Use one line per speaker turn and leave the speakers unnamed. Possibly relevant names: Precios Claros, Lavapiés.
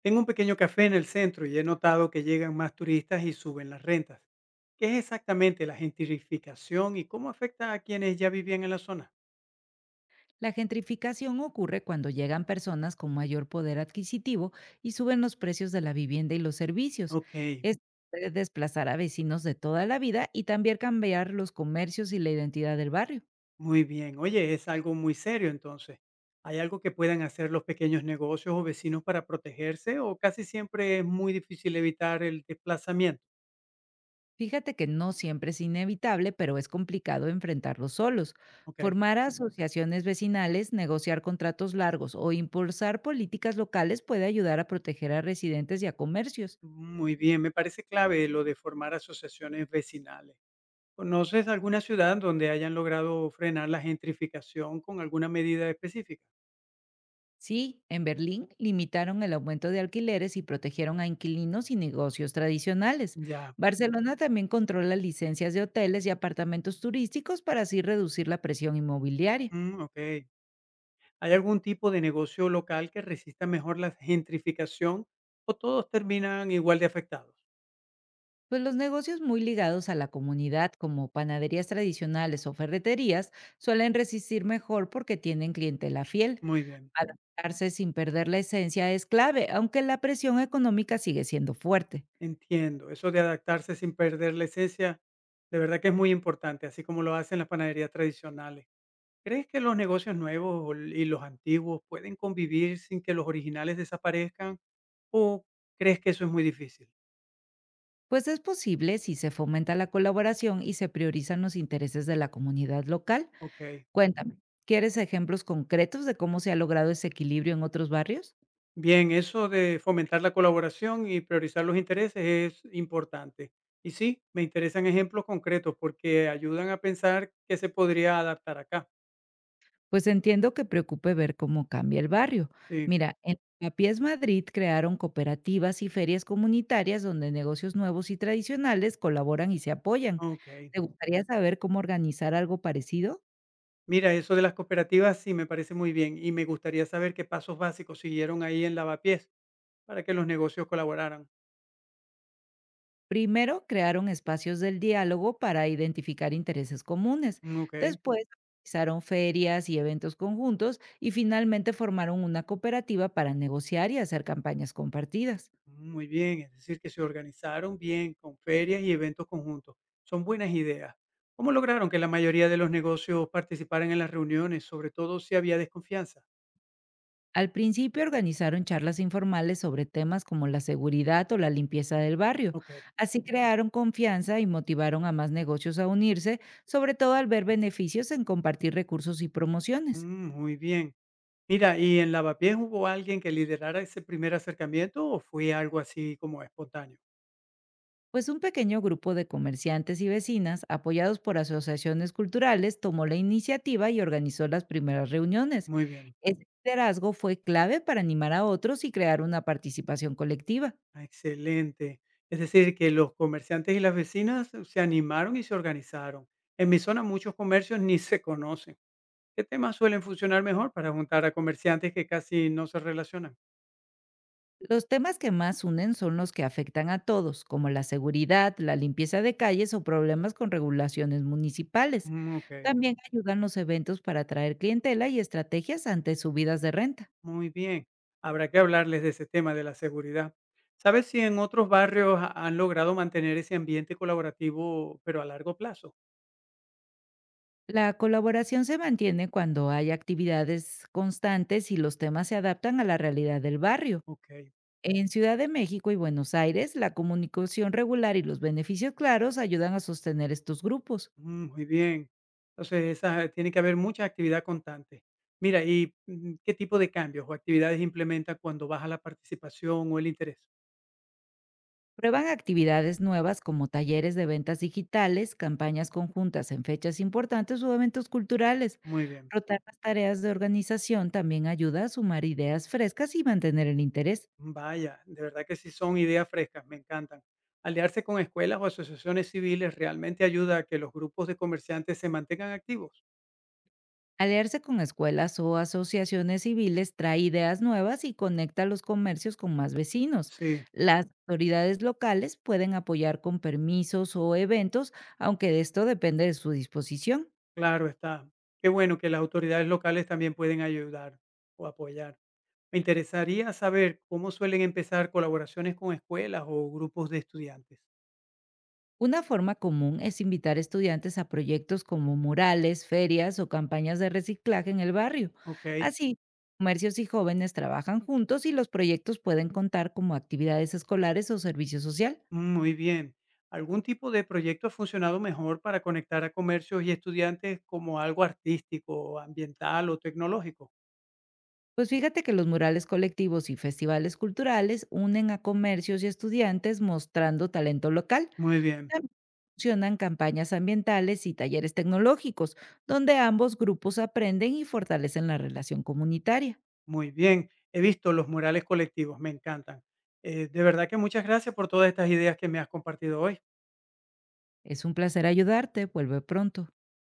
Tengo un pequeño café en el centro y he notado que llegan más turistas y suben las rentas. ¿Qué es exactamente la gentrificación y cómo afecta a quienes ya vivían en la zona?
La gentrificación ocurre cuando llegan personas con mayor poder adquisitivo y suben los precios de la vivienda y los servicios.
Ok,
Esto puede desplazar a vecinos de toda la vida y también cambiar los comercios y la identidad del barrio.
muy bien. Oye, es algo muy serio entonces. ¿Hay algo que puedan hacer los pequeños negocios o vecinos para protegerse o casi siempre es muy difícil evitar el desplazamiento?
Fíjate que no siempre es inevitable, pero es complicado enfrentarlo solos.
Ok,
Formar asociaciones vecinales, negociar contratos largos o impulsar políticas locales puede ayudar a proteger a residentes y a comercios.
muy bien. Me parece clave lo de formar asociaciones vecinales. ¿Conoces alguna ciudad donde hayan logrado frenar la gentrificación con alguna medida específica?
Sí, en Berlín limitaron el aumento de alquileres y protegieron a inquilinos y negocios tradicionales.
Ya,
Barcelona también controla licencias de hoteles y apartamentos turísticos para así reducir la presión inmobiliaria.
mm, ok. ¿Hay algún tipo de negocio local que resista mejor la gentrificación o todos terminan igual de afectados?
Pues los negocios muy ligados a la comunidad, como panaderías tradicionales o ferreterías, suelen resistir mejor porque tienen clientela fiel.
Muy bien,
Adaptarse sin perder la esencia es clave, aunque la presión económica sigue siendo fuerte.
entiendo. Eso de adaptarse sin perder la esencia, de verdad que es muy importante, así como lo hacen las panaderías tradicionales. ¿Crees que los negocios nuevos y los antiguos pueden convivir sin que los originales desaparezcan o crees que eso es muy difícil?
Pues es posible si se fomenta la colaboración y se priorizan los intereses de la comunidad local.
Ok.
Cuéntame, ¿quieres ejemplos concretos de cómo se ha logrado ese equilibrio en otros barrios?
Bien, eso de fomentar la colaboración y priorizar los intereses es importante. Y sí, me interesan ejemplos concretos porque ayudan a pensar qué se podría adaptar acá.
Pues entiendo que preocupe ver cómo cambia el barrio.
Sí,
Mira, en Papiés Madrid crearon cooperativas y ferias comunitarias donde negocios nuevos y tradicionales colaboran y se apoyan.
ok.
¿Te gustaría saber cómo organizar algo parecido?
Mira, eso de las cooperativas sí me parece muy bien y me gustaría saber qué pasos básicos siguieron ahí en Lavapiés para que los negocios colaboraran.
Primero, crearon espacios del diálogo para identificar intereses comunes.
Ok.
Después, organizaron ferias y eventos conjuntos y finalmente formaron una cooperativa para negociar y hacer campañas compartidas.
Muy bien, es decir, que se organizaron bien con ferias y eventos conjuntos. Son buenas ideas. ¿Cómo lograron que la mayoría de los negocios participaran en las reuniones, sobre todo si había desconfianza?
Al principio organizaron charlas informales sobre temas como la seguridad o la limpieza del barrio.
Ok.
Así crearon confianza y motivaron a más negocios a unirse, sobre todo al ver beneficios en compartir recursos y promociones.
Mm, muy bien. Mira, ¿y en Lavapiés hubo alguien que liderara ese primer acercamiento o fue algo así como espontáneo?
Pues un pequeño grupo de comerciantes y vecinas, apoyados por asociaciones culturales, tomó la iniciativa y organizó las primeras reuniones.
Muy bien,
Ese liderazgo fue clave para animar a otros y crear una participación colectiva.
ah, excelente. Es decir, que los comerciantes y las vecinas se animaron y se organizaron. En mi zona muchos comercios ni se conocen. ¿Qué temas suelen funcionar mejor para juntar a comerciantes que casi no se relacionan?
Los temas que más unen son los que afectan a todos, como la seguridad, la limpieza de calles o problemas con regulaciones municipales.
Mm, ok,
También ayudan los eventos para atraer clientela y estrategias ante subidas de renta.
muy bien. Habrá que hablarles de ese tema de la seguridad. ¿Sabes si en otros barrios han logrado mantener ese ambiente colaborativo, pero a largo plazo?
La colaboración se mantiene cuando hay actividades constantes y los temas se adaptan a la realidad del barrio.
Ok,
En Ciudad de México y Buenos Aires, la comunicación regular y los beneficios claros ayudan a sostener estos grupos.
mm, muy bien. Entonces, esa, tiene que haber mucha actividad constante. Mira, ¿y qué tipo de cambios o actividades implementan cuando baja la participación o el interés?
Prueban actividades nuevas como talleres de ventas digitales, campañas conjuntas en fechas importantes o eventos culturales.
Muy bien.
Rotar las tareas de organización también ayuda a sumar ideas frescas y mantener el interés.
Vaya, de verdad que sí son ideas frescas, me encantan. Aliarse con escuelas o asociaciones civiles realmente ayuda a que los grupos de comerciantes se mantengan activos.
Aliarse con escuelas o asociaciones civiles trae ideas nuevas y conecta los comercios con más vecinos.
Sí,
Las autoridades locales pueden apoyar con permisos o eventos, aunque de esto depende de su disposición.
claro está. Qué bueno que las autoridades locales también pueden ayudar o apoyar. Me interesaría saber cómo suelen empezar colaboraciones con escuelas o grupos de estudiantes.
Una forma común es invitar estudiantes a proyectos como murales, ferias o campañas de reciclaje en el barrio.
Ok,
Así, comercios y jóvenes trabajan juntos y los proyectos pueden contar como actividades escolares o servicio social.
muy bien. ¿Algún tipo de proyecto ha funcionado mejor para conectar a comercios y estudiantes como algo artístico, ambiental o tecnológico?
Pues fíjate que los murales colectivos y festivales culturales unen a comercios y estudiantes mostrando talento local.
Muy bien,
También funcionan campañas ambientales y talleres tecnológicos, donde ambos grupos aprenden y fortalecen la relación comunitaria.
muy bien. He visto los murales colectivos, me encantan. De verdad que muchas gracias por todas estas ideas que me has compartido hoy.
Es un placer ayudarte. Vuelve pronto.